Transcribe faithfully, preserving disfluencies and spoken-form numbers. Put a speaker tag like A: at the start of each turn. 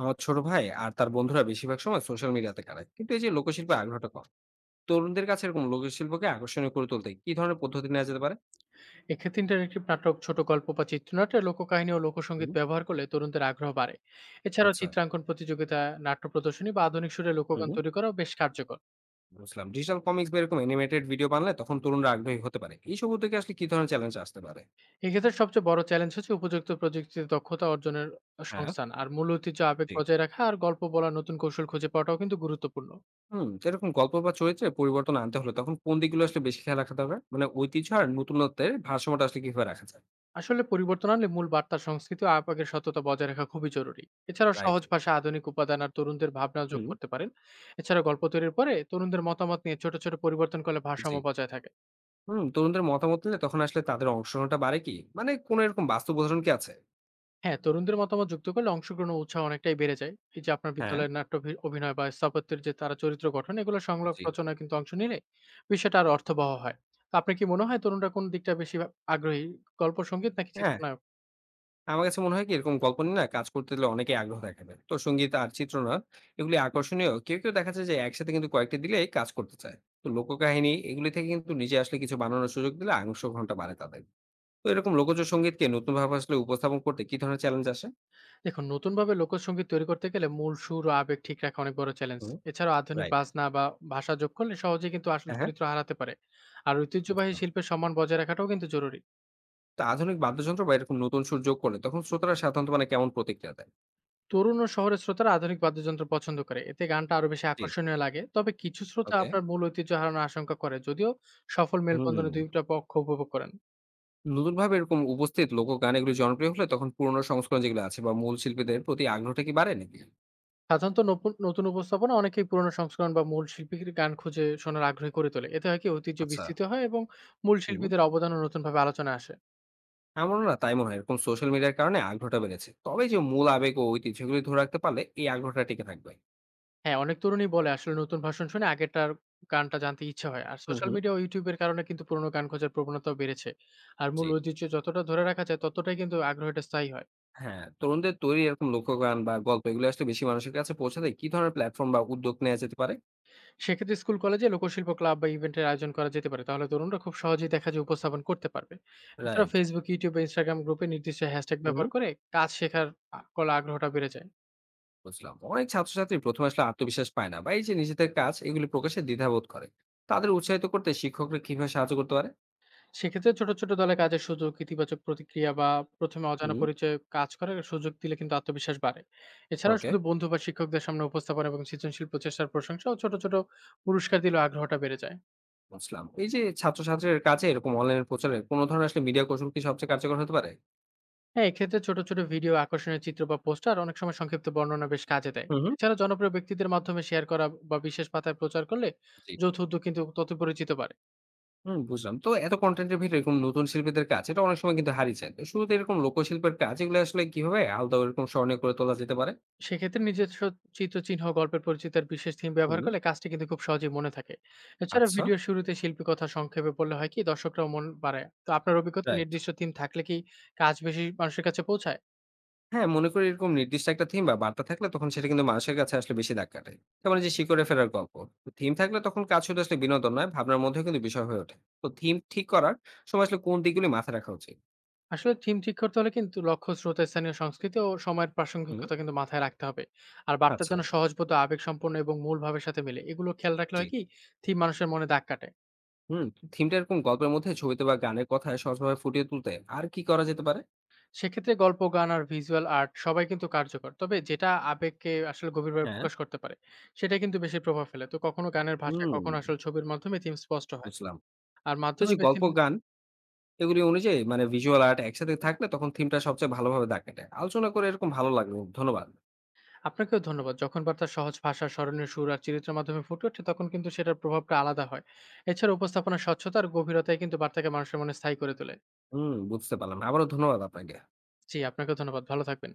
A: আমার ছোট ভাই আর তার বন্ধুরা বেশিরভাগ সময় সোশ্যাল মিডিয়াতে কাটায়, কিন্তু এই যে লোকশিল্পে আগ্রহটা কম। তরুণদের কাছে এরকম লোকশিল্পকে আকর্ষণীয় করে তুলতে কি ধরনের পদ্ধতি নেওয়া যেতে পারে?
B: এক্ষেত্রে ইন্টারেক্টিভ নাটক, ছোট গল্প বা চিত্রনাট্যে লোককাহিনী ও
A: হুম।
B: লোকসঙ্গীত ব্যবহার করলে তরুণদের আগ্রহ বাড়ে। এছাড়াও
A: আচ্ছা।
B: চিত্রাঙ্কন প্রতিযোগিতা, নাট্য প্রদর্শনী বা আধুনিক সুরে লোকগান
A: হুম।
B: তৈরি করাও বেশ কার্যকর।
A: বুঝলাম, ডিজিটাল কমিক্স বা এরকম অ্যানিমেটেড ভিডিও বানালে তখন তরুণরা আগ্রহী হতে পারে। এইসব উদ্যোগে আসলে কি ধরনের চ্যালেঞ্জ আসতে পারে?
B: এক্ষেত্রে সবচেয়ে বড় চ্যালেঞ্জ হচ্ছে উপযুক্ত প্রযুক্তিতে দক্ষতা অর্জনের
A: হ্যাঁ।
B: সংস্থান, আর মূল ঐতিহ্য আবেগ
A: জি।
B: বজায় রাখা আর গল্প বলার নতুন কৌশল খুঁজে পাওয়াটাও কিন্তু গুরুত্বপূর্ণ।
A: হুম, যেরকম গল্প বা চরিত্রে পরিবর্তন আনতে হলে তখন কোন দিকগুলো আসলে বেশি খেয়াল রাখতে হবে, মানে ঐতিহ্য আর নতুনত্বের ভারসাম্যটা আসলে কিভাবে রাখা যায়?
B: আসলে পরিবর্তন আনলে মূল বার্তা, সংস্কৃতি ও আবেগের সততা বজায় রাখা খুবই জরুরি। এছাড়াও
A: রাইট।
B: সহজ ভাষা, আধুনিক উপাদান আর তরুণদের ভাবনা যোগ
A: হুম।
B: করতে পারেন। এছাড়া গল্প তৈরির পরে তরুণদের মতামত নিয়ে ছোট, ছোট পরিবর্তন করলে
A: জি।
B: ভারসাম্য বজায় থাকে।
A: হুম, তরুণদের মতামত নিলে তখন আসলে তাদের অংশগ্রহণটা বাড়ে কি? মানে কোন এরকম বাস্তব উদাহরণ কি আছে?
B: হ্যাঁ, তরুণদের মতামত যুক্ত করলে অংশগ্রহণ ও উৎসাহ অনেকটাই বেড়ে যায়। এই যে আপনার
A: হ্যাঁ,
B: বিদ্যালয়ের নাট্য অভি অভিনয় বা স্থাপত্যের যে তারা চরিত্র গঠন, এগুলো সংলাপ
A: জি।
B: রচনায় কিন্তু অংশ নিলে বিষয়টা আরো অর্থবহ হয়। তো আপনার কি মনে হয় তরুণরা কোন দিকটা বেশি আ আগ্রহী? গল্প সংগীত নাকি
A: হ্যাঁ,
B: চিত্রনায়ক?
A: আমার কাছে মনে হয় কি এরকম গল্প নিয়ে না কাজ করতে দিলে অনেকেই আগ্রহ দেখাবে। তো সঙ্গীত আর চিত্রনাট এগুলি আকর্ষণীয়। কেউ, কেউ দেখা যায় যে একসাথে কিন্তু কয়েকটি দিলেই কাজ করতে চায়। তো লোককাহিনী এগুলি থেকে কিন্তু নিজে আসলে কিছু বানানোর সুযোগ দিলে অংশগ্রহণটা বাড়ে তাদের। তো এরকম লোকজ সঙ্গীতকে নতুনভাবে আসলে উপস্থাপন করতে কি ধরনের চ্যালেঞ্জ আসে?
B: দেখুন নতুনভাবে লোকসঙ্গীত তৈরি করতে গেলে মূল সুর ও আবেগ ঠিক রাখা অনেক বড় চ্যালেঞ্জ।
A: হুম,
B: এছাড়াও আধুনিক
A: রাইট।
B: বাজনা বা ভাষা যোগ করলে সহজেই কিন্তু আসল
A: হ্যাঁ, হ্যাঁ।
B: চরিত্র হারাতে পারে। আর ঐতিহ্যবাহী
A: বুঝলাম।
B: শিল্পের সম্মান বজায় রাখাটাও কিন্তু জরুরি।
A: তো আধুনিক বাদ্যযন্ত্র বা এরকম নতুন সুর যোগ করলে তখন শ্রোতারা সাধারণত মানে কেমন প্রতিক্রিয়া দেয়?
B: তরুণ ও শহরের শ্রোতারা আধুনিক বাদ্যযন্ত্র পছন্দ করে, এতে গানটা আরো বেশি
A: জি।
B: আকর্ষণীয় লাগে। তবে কিছু শ্রোতা
A: ওকে।
B: আপনার মূল ঐতিহ্য হারানোর আশঙ্কা করে, যদিও সফল মেলবন্ধনে
A: হুম।
B: দুইটা পক্ষ উপভোগ করেন।
A: নতুনভাবে এরকম উপস্থিত লোকগান এগুলি জনপ্রিয় হলে তখন পুরোনো সংস্করণ যেগুলো আছে বা মূল শিল্পীদের প্রতি আগ্রহটা কি বাড়ে নাকি?
B: সাধারণত নপু- নতুন উপস্থাপনা অনেকেই পুরনো সংস্করণ বা মূল শিল্পীর গান খুঁজে শোনার আগ্রহী করে তোলে, এতে হয় কি ঐতিহ্য
A: আচ্ছা।
B: বিস্তৃত হয় এবং মূল
A: হুম।
B: শিল্পীদের অবদানও নতুনভাবে আলোচনা আসে।
A: আমারও না তাই মনে হয় এরকম সোশ্যাল মিডিয়ার কারণে আগ্রহটা বেড়েছে, তবে এই যে মূল আবেগ ও ঐতিহ্যগুলি ধরে রাখতে পারলে এই আগ্রহটা টিকে থাকবে।
B: হ্যাঁ, অনেক তরুণই বলে আসলে নতুন ভাষণ শুনে আগেরটার গানটা জানতে ইচ্ছে হয়, আর
A: হুম
B: সোশ্যাল
A: হুম।
B: মিডিয়া ও ইউটিউবের কারণে কিন্তু পুরনো গান খোঁজার প্রবণতাও বেড়েছে। আর
A: জি।
B: মূল ঐতিহ্য যতটা ধরে রাখা যায় ততটাই কিন্তু আগ্রহটা স্থায়ী হয়।
A: হ্যাঁ, তরুণদের তৈরি এরকম লোকগান বা গল্প এগুলো আসলে বেশি মানুষের কাছে পৌঁছাতে কি ধরনের প্ল্যাটফর্ম বা উদ্যোগ নেওয়া যেতে পারে?
B: সেক্ষেত্রে স্কুল কলেজে লোকশিল্প ক্লাব বা ইভেন্টের আয়োজন করা যেতে পারে, তাহলে তরুণরা খুব সহজেই দেখা যায় উপস্থাপন করতে পারবে। এছাড়া
A: রাইট।
B: ফেসবুক ইউটিউব বা ইনস্টাগ্রাম গ্রুপে নির্দিষ্ট হ্যাশট্যাগ
A: হুম।
B: ব্যবহার করে কাজ শেখার আ- কলা আগ্রহটা বেড়ে যায়।
A: বুঝলাম, অনেক ছাত্রছাত্রী প্রথমে আসলে আত্মবিশ্বাস পায় না বা এই যে নিজেদের কাজ এগুলি প্রকাশে দ্বিধাবোধ করে। তাদের উৎসাহিত করতে শিক্ষকরা কিভাবে সাহায্য করতে পারে?
B: সেক্ষেত্রে ছোট ছোট দলে কাজের সুযোগ, ইতিবাচক প্রতিক্রিয়া বা প্রথমে অজানা
A: হুম।
B: পরিচয়ে কাজ করার সুযোগ দিলে কিন্তু আত্মবিশ্বাস বাড়ে। এছাড়াও
A: ওকে,
B: শুধু বন্ধু বা শিক্ষকদের সামনে উপস্থাপন এবং সৃজনশীল প্রচেষ্টার প্রশংসা ও ছোট ছোট পুরস্কার দিলে আগ্রহটা বেড়ে যায়।
A: বুঝলাম। এই যে ছাত্রছাত্রীদের কাছে এরকম অনলাইন প্রচারে কোন ধরনের আসলে মিডিয়া কৌশল কি সবচেয়ে কার্যকর হতে পারে?
B: হ্যাঁ, এক্ষেত্রে ছোট, ছোট ভিডিও, আকর্ষণীয় চিত্র বা পোস্টার, অনেক সময় সংক্ষিপ্ত বর্ণনা বেশ কাজে দেয়।
A: হুম, হুম।
B: এছাড়া জনপ্রিয় ব্যক্তিদের মাধ্যমে শেয়ার করা বা বিশেষ পাতায় প্রচার করলে
A: জি।
B: যৌথ উদ্যোগ কিন্তু তত পরিচিত বাড়ে।
A: হুম, বুঝলাম। তো এত কনটেন্টের ভিতরে এরকম নতুন শিল্পীদের কাজ এটা অনেক সময় কিন্তু হারিয়ে যায়। তো শুরুতে এরকম লোকশিল্পের কাজ এগুলো আসলে কিভাবে আলাদা এরকম স্মরণীয় করে তোলা যেতে পারে?
B: সেক্ষেত্রে নিজস্ব চিত্রচিহ্ন, গল্পের পরিচিতি আর বিশেষ থিম ব্যবহার
A: হুম।
B: করলে কাজটি কিন্তু খুব সহজেই মনে থাকে। এছাড়া
A: আচ্ছা,
B: ভিডিওর শুরুতে শিল্পী কথা সংক্ষেপে বললে হয় কি দর্শকরাও মন বাড়ায়। তো আপনার অভিজ্ঞতায়
A: রাইট।
B: নির্দিষ্ট থিম থাকলে কি কাজ বেশি মানুষের কাছে পৌঁছায়?
A: হ্যাঁ, মনে করি এরকম নির্দিষ্ট একটা থিম বা বার্তা থাকলে তখন সেটা কিন্তু মানুষের কাছে আসলে বেশি দাগ কাটে। যেমন এই যে শিকড়ে ফেরার গল্প। তো থিম থাকলে তখন কাজ শুধু আসলে বিনোদন নয়, ভাবনার মধ্যেও কিন্তু বিষয় হয়ে ওঠে। তো থিম ঠিক করার সময় আসলে কোন দিকগুলি মাথায় রাখা উচিত?
B: আসলে থিম ঠিক করতে হলে কিন্তু লক্ষ্য, শ্রোতা, স্থানীয় সংস্কৃতি ও সময়ের
A: হুম।
B: প্রাসঙ্গিকতা কিন্তু মাথায় রাখতে হবে। আর বার্তা
A: আচ্ছা,
B: যেন সহজবোধ্য, আবেগসম্পন্ন এবং মূল ভাবের সাথে মেলে। এগুলো খেয়াল রাখলে
A: জি।
B: হয় কি, থিম মানুষের মনে দাগ কাটে।
A: হুম, থিমটা এরকম গল্পের মধ্যে ছবিতে বা গানের কথায় সহজভাবে ফুটিয়ে তুলতে আর কি করা যেতে পারে?
B: সেক্ষেত্রে গল্প, গান আর ভিজুয়াল আর্ট সবাই কিন্তু কার্যকর। তবে যেটা আবেগকে আসলে গভীরভাবে
A: হ্যাঁ।
B: প্রকাশ করতে পারে, সেটাই কিন্তু বেশি প্রভাব ফেলে। তো কখনো গানের ভাষায়,
A: হুম,
B: কখনো আসলে ছবির মাধ্যমে থিম স্পষ্ট হয়।
A: বুঝলাম।
B: আর
A: তো
B: মাধ্যমে
A: যে
B: বেছে
A: গল্প, গান এগুলি অনুযায়ী মানে ভিজুয়াল আর্ট একসাথে থাকলে তখন থিমটা সবচেয়ে ভালোভাবে দাগ কাটে। আলোচনা করে এরকম ভালো লাগলো। ধন্যবাদ।
B: আপনাকেও ধন্যবাদ। যখন বার্তা সহজ ভাষা, স্মরণীয় সুর আর চরিত্রের মাধ্যমে ফুটে ওঠে, তখন কিন্তু সেটার প্রভাবটা আলাদা হয়। এছাড়া উপস্থাপনার স্বচ্ছতা আর গভীরতাই কিন্তু বার্তাকে মানুষের মনে স্থায়ী করে তোলে।
A: হুম, বুঝতে পারলাম। আবারও ধন্যবাদ আপনাকে।
B: জি, আপনাকেও ধন্যবাদ। ভালো থাকবেন।